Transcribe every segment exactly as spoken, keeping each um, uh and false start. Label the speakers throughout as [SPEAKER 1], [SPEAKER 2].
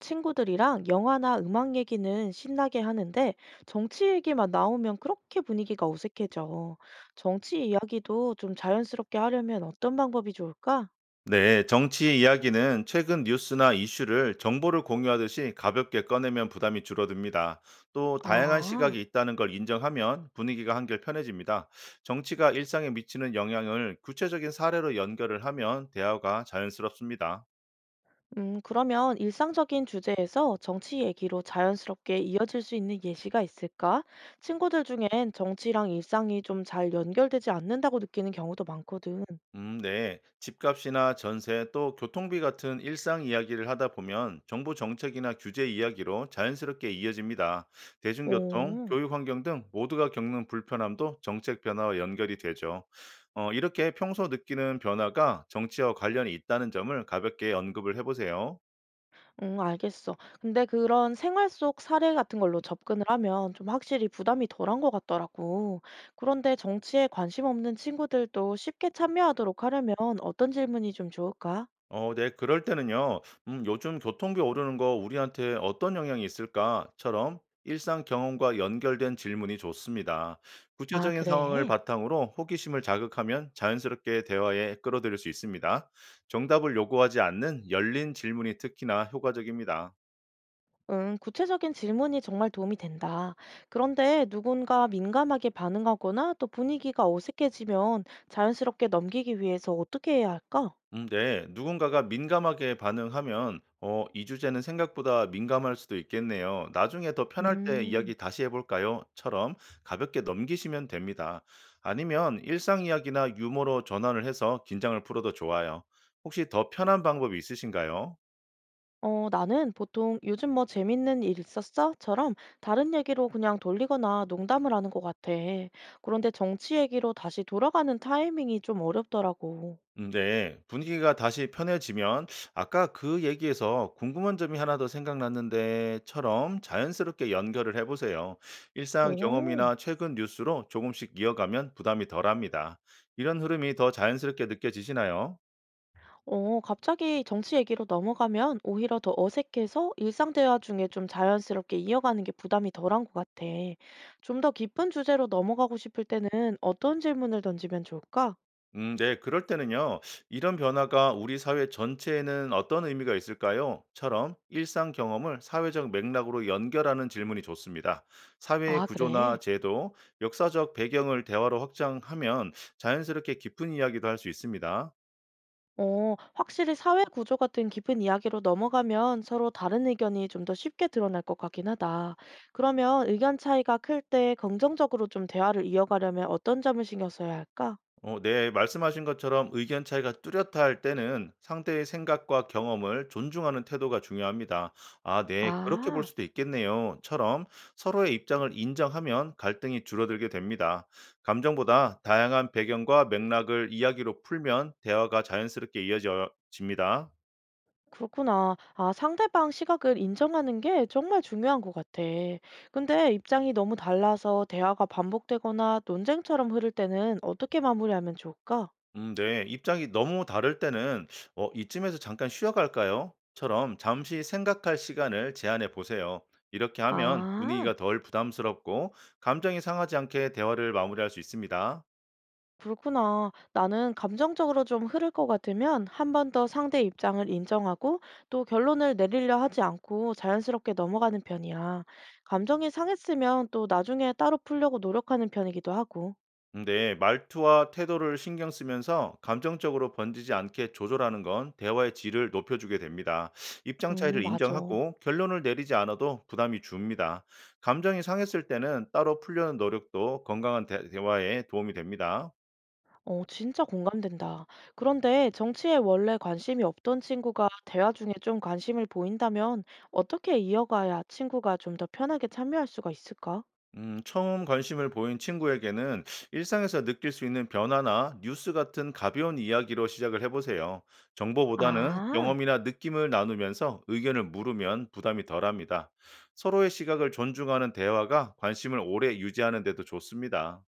[SPEAKER 1] 친구들이랑 영화나 음악 얘기는 신나게 하는데 정치 얘기만 나오면 그렇게 분위기가 어색해져. 정치 이야기도 좀 자연스럽게 하려면 어떤 방법이 좋을까?
[SPEAKER 2] 네, 정치 이야기는 최근 뉴스나 이슈를 정보를 공유하듯이 가볍게 꺼내면 부담이 줄어듭니다. 또 다양한
[SPEAKER 1] 아,
[SPEAKER 2] 시각이 있다는 걸 인정하면 분위기가 한결 편해집니다. 정치가 일상에 미치는 영향을 구체적인 사례로 연결을 하면 대화가 자연스럽습니다.
[SPEAKER 1] 음, 그러면 일상적인 주제에서 정치 얘기로 자연스럽게 이어질 수 있는 예시가 있을까? 친구들 중엔 정치랑 일상이 좀 잘 연결되지 않는다고 느끼는 경우도 많거든.
[SPEAKER 2] 음, 네. 집값이나 전세 또 교통비 같은 일상 이야기를 하다 보면 정부 정책이나 규제 이야기로 자연스럽게 이어집니다. 대중교통,
[SPEAKER 1] 오.
[SPEAKER 2] 교육 환경 등 모두가 겪는 불편함도 정책 변화와 연결이 되죠. 어, 이렇게 평소 느끼는 변화가 정치와 관련이 있다는 점을 가볍게 언급을 해보세요.
[SPEAKER 1] 응, 알겠어. 근데 그런 생활 속 사례 같은 걸로 접근을 하면 좀 확실히 부담이 덜한 것 같더라고. 그런데 정치에 관심 없는 친구들도 쉽게 참여하도록 하려면 어떤 질문이 좀 좋을까?
[SPEAKER 2] 어, 네. 그럴 때는요. 음, 요즘 교통비 오르는 거 우리한테 어떤 영향이 있을까?처럼 일상 경험과 연결된 질문이 좋습니다.
[SPEAKER 1] 아,
[SPEAKER 2] 구체적인 상황을
[SPEAKER 1] 그래.
[SPEAKER 2] 바탕으로 호기심을 자극하면 자연스럽게 대화에 끌어들일 수 있습니다. 정답을 요구하지 않는 열린 질문이 특히나 효과적입니다.
[SPEAKER 1] 응, 구체적인 질문이 정말 도움이 된다. 그런데 누군가 민감하게 반응하거나 또 분위기가 어색해지면 자연스럽게 넘기기 위해서 어떻게 해야 할까?
[SPEAKER 2] 음 네. 누군가가 민감하게 반응하면 어 이 주제는 생각보다 민감할 수도 있겠네요. 나중에 더 편할 때
[SPEAKER 1] 음.
[SPEAKER 2] 이야기 다시 해 볼까요?처럼 가볍게 넘기시면 됩니다. 아니면 일상 이야기나 유머로 전환을 해서 긴장을 풀어도 좋아요. 혹시 더 편한 방법이 있으신가요?
[SPEAKER 1] 어, 나는 보통 "요즘 뭐 재밌는 일 있었어?"처럼 다른 얘기로 그냥 돌리거나 농담을 하는 것 같아. 그런데 정치 얘기로 다시 돌아가는 타이밍이 좀 어렵더라고.
[SPEAKER 2] 음 네. 분위기가 다시 편해지면 "아까 그 얘기에서 궁금한 점이 하나 더 생각났는데."처럼 자연스럽게 연결을 해 보세요. 일상
[SPEAKER 1] 오,
[SPEAKER 2] 경험이나 최근 뉴스로 조금씩 이어가면 부담이 덜합니다. 이런 흐름이 더 자연스럽게 느껴지시나요?
[SPEAKER 1] 어, 갑자기 정치 얘기로 넘어가면 오히려 더 어색해서 일상 대화 중에 좀 자연스럽게 이어가는 게 부담이 덜한 것 같아. 좀 더 깊은 주제로 넘어가고 싶을 때는 어떤 질문을 던지면 좋을까?
[SPEAKER 2] 음, 네, 그럴 때는요, 이런 변화가 우리 사회 전체에는 어떤 의미가 있을까요? 처럼 일상 경험을 사회적 맥락으로 연결하는 질문이 좋습니다. 사회의
[SPEAKER 1] 아,
[SPEAKER 2] 구조나
[SPEAKER 1] 그래.
[SPEAKER 2] 제도, 역사적 배경을 대화로 확장하면 자연스럽게 깊은 이야기도 할 수 있습니다.
[SPEAKER 1] 어, 확실히 사회 구조 같은 깊은 이야기로 넘어가면 서로 다른 의견이 좀 더 쉽게 드러날 것 같긴 하다. 그러면 의견 차이가 클 때 긍정적으로 좀 대화를 이어가려면 어떤 점을 신경 써야 할까?
[SPEAKER 2] 어, 네, 말씀하신 것처럼 의견 차이가 뚜렷할 때는 상대의 생각과 경험을 존중하는 태도가 중요합니다. 아, 네, 그렇게 볼
[SPEAKER 1] 아,
[SPEAKER 2] 수도 있겠네요. 처럼 서로의 입장을 인정하면 갈등이 줄어들게 됩니다. 감정보다 다양한 배경과 맥락을 이야기로 풀면 대화가 자연스럽게 이어집니다.
[SPEAKER 1] 그렇구나. 아, 상대방 시각을 인정하는 게 정말 중요한 것 같아. 근데 입장이 너무 달라서 대화가 반복되거나 논쟁처럼 흐를 때는 어떻게 마무리하면 좋을까?
[SPEAKER 2] 음 네. 입장이 너무 다를 때는 "어 이쯤에서 잠깐 쉬어갈까요? 처럼 잠시 생각할 시간을 제한해 보세요. 이렇게 하면
[SPEAKER 1] 아.
[SPEAKER 2] 분위기가 덜 부담스럽고 감정이 상하지 않게 대화를 마무리할 수 있습니다.
[SPEAKER 1] 그렇구나. 나는 감정적으로 좀 흐를 것 같으면 한 번 더 상대 입장을 인정하고 또 결론을 내리려 하지 않고 자연스럽게 넘어가는 편이야. 감정이 상했으면 또 나중에 따로 풀려고 노력하는 편이기도 하고.
[SPEAKER 2] 근데 말투와 태도를 신경 쓰면서 감정적으로 번지지 않게 조절하는 건 대화의 질을 높여주게 됩니다. 입장
[SPEAKER 1] 음,
[SPEAKER 2] 차이를
[SPEAKER 1] 맞아.
[SPEAKER 2] 인정하고 결론을 내리지 않아도 부담이 줍니다. 감정이 상했을 때는 따로 풀려는 노력도 건강한 대 대화에 도움이 됩니다.
[SPEAKER 1] 어, 진짜 공감된다. 그런데 정치에 원래 관심이 없던 친구가 대화 중에 좀 관심을 보인다면 어떻게 이어가야 친구가 좀 더 편하게 참여할 수가 있을까?
[SPEAKER 2] 음, 처음 관심을 보인 친구에게는 일상에서 느낄 수 있는 변화나 뉴스 같은 가벼운 이야기로 시작을 해보세요. 정보보다는
[SPEAKER 1] 아.
[SPEAKER 2] 경험이나 느낌을 나누면서 의견을 물으면 부담이 덜합니다. 서로의 시각을 존중하는 대화가 관심을 오래 유지하는 데도 좋습니다.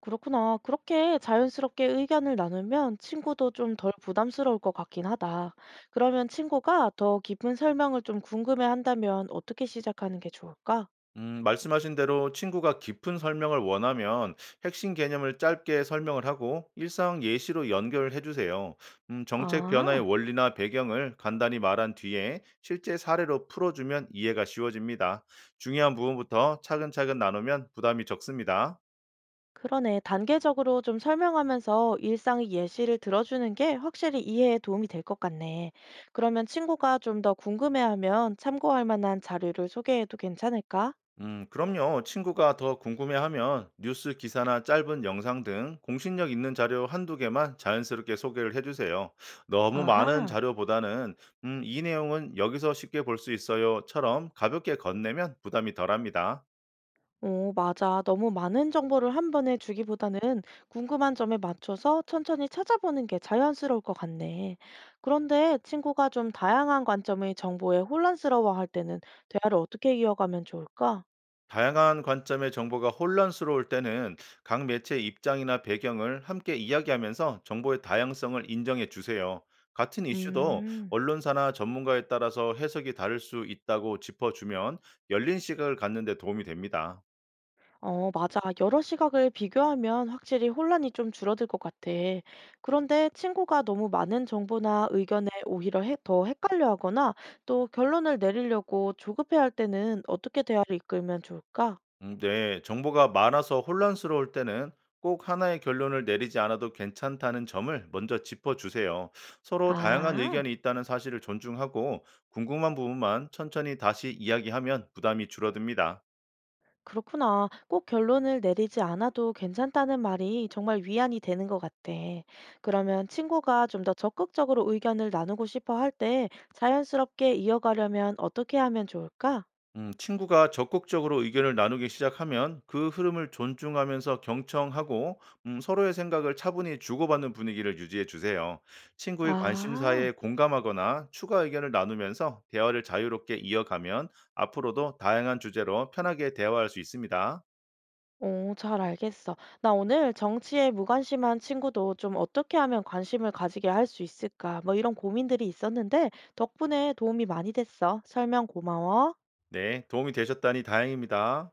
[SPEAKER 1] 그렇구나. 그렇게 자연스럽게 의견을 나누면 친구도 좀 덜 부담스러울 것 같긴 하다. 그러면 친구가 더 깊은 설명을 좀 궁금해 한다면 어떻게 시작하는 게 좋을까?
[SPEAKER 2] 음, 말씀하신 대로 친구가 깊은 설명을 원하면 핵심 개념을 짧게 설명을 하고 일상 예시로 연결해 주세요. 음, 정책 변화의
[SPEAKER 1] 아,
[SPEAKER 2] 원리나 배경을 간단히 말한 뒤에 실제 사례로 풀어주면 이해가 쉬워집니다. 중요한 부분부터 차근차근 나누면 부담이 적습니다.
[SPEAKER 1] 그러네. 단계적으로 좀 설명하면서 일상의 예시를 들어주는 게 확실히 이해에 도움이 될 것 같네. 그러면 친구가 좀 더 궁금해하면 참고할 만한 자료를 소개해도 괜찮을까?
[SPEAKER 2] 음, 그럼요. 친구가 더 궁금해하면 뉴스 기사나 짧은 영상 등 공신력 있는 자료 한두 개만 자연스럽게 소개를 해주세요. 너무 많은
[SPEAKER 1] 아하.
[SPEAKER 2] 자료보다는 음, 이 내용은 여기서 쉽게 볼 수 있어요처럼 가볍게 건네면 부담이 덜합니다.
[SPEAKER 1] 오, 맞아. 너무 많은 정보를 한 번에 주기보다는 궁금한 점에 맞춰서 천천히 찾아보는 게 자연스러울 것 같네. 그런데 친구가 좀 다양한 관점의 정보에 혼란스러워할 때는 대화를 어떻게 이어가면 좋을까?
[SPEAKER 2] 다양한 관점의 정보가 혼란스러울 때는 각 매체의 입장이나 배경을 함께 이야기하면서 정보의 다양성을 인정해 주세요. 같은 이슈도
[SPEAKER 1] 음,
[SPEAKER 2] 언론사나 전문가에 따라서 해석이 다를 수 있다고 짚어주면 열린 시각을 갖는 데 도움이 됩니다.
[SPEAKER 1] 어, 맞아. 여러 시각을 비교하면 확실히 혼란이 좀 줄어들 것 같아. 그런데 친구가 너무 많은 정보나 의견에 오히려 해- 더 헷갈려 하거나 또 결론을 내리려고 조급해 할 때는 어떻게 대화를 이끌면 좋을까?
[SPEAKER 2] 음, 네, 정보가 많아서 혼란스러울 때는 꼭 하나의 결론을 내리지 않아도 괜찮다는 점을 먼저 짚어주세요. 서로 다양한
[SPEAKER 1] 아,
[SPEAKER 2] 의견이 있다는 사실을 존중하고 궁금한 부분만 천천히 다시 이야기하면 부담이 줄어듭니다.
[SPEAKER 1] 그렇구나. 꼭 결론을 내리지 않아도 괜찮다는 말이 정말 위안이 되는 것 같아. 그러면 친구가 좀 더 적극적으로 의견을 나누고 싶어 할 때 자연스럽게 이어가려면 어떻게 하면 좋을까?
[SPEAKER 2] 음, 친구가 적극적으로 의견을 나누기 시작하면 그 흐름을 존중하면서 경청하고 음, 서로의 생각을 차분히 주고받는 분위기를 유지해 주세요. 친구의
[SPEAKER 1] 아,
[SPEAKER 2] 관심사에 공감하거나 추가 의견을 나누면서 대화를 자유롭게 이어가면 앞으로도 다양한 주제로 편하게 대화할 수 있습니다.
[SPEAKER 1] 오, 잘 알겠어. 나 오늘 "정치에 무관심한 친구도 좀 어떻게 하면 관심을 가지게 할 수 있을까?" 뭐 이런 고민들이 있었는데 덕분에 도움이 많이 됐어. 설명 고마워.
[SPEAKER 2] 네, 도움이 되셨다니 다행입니다.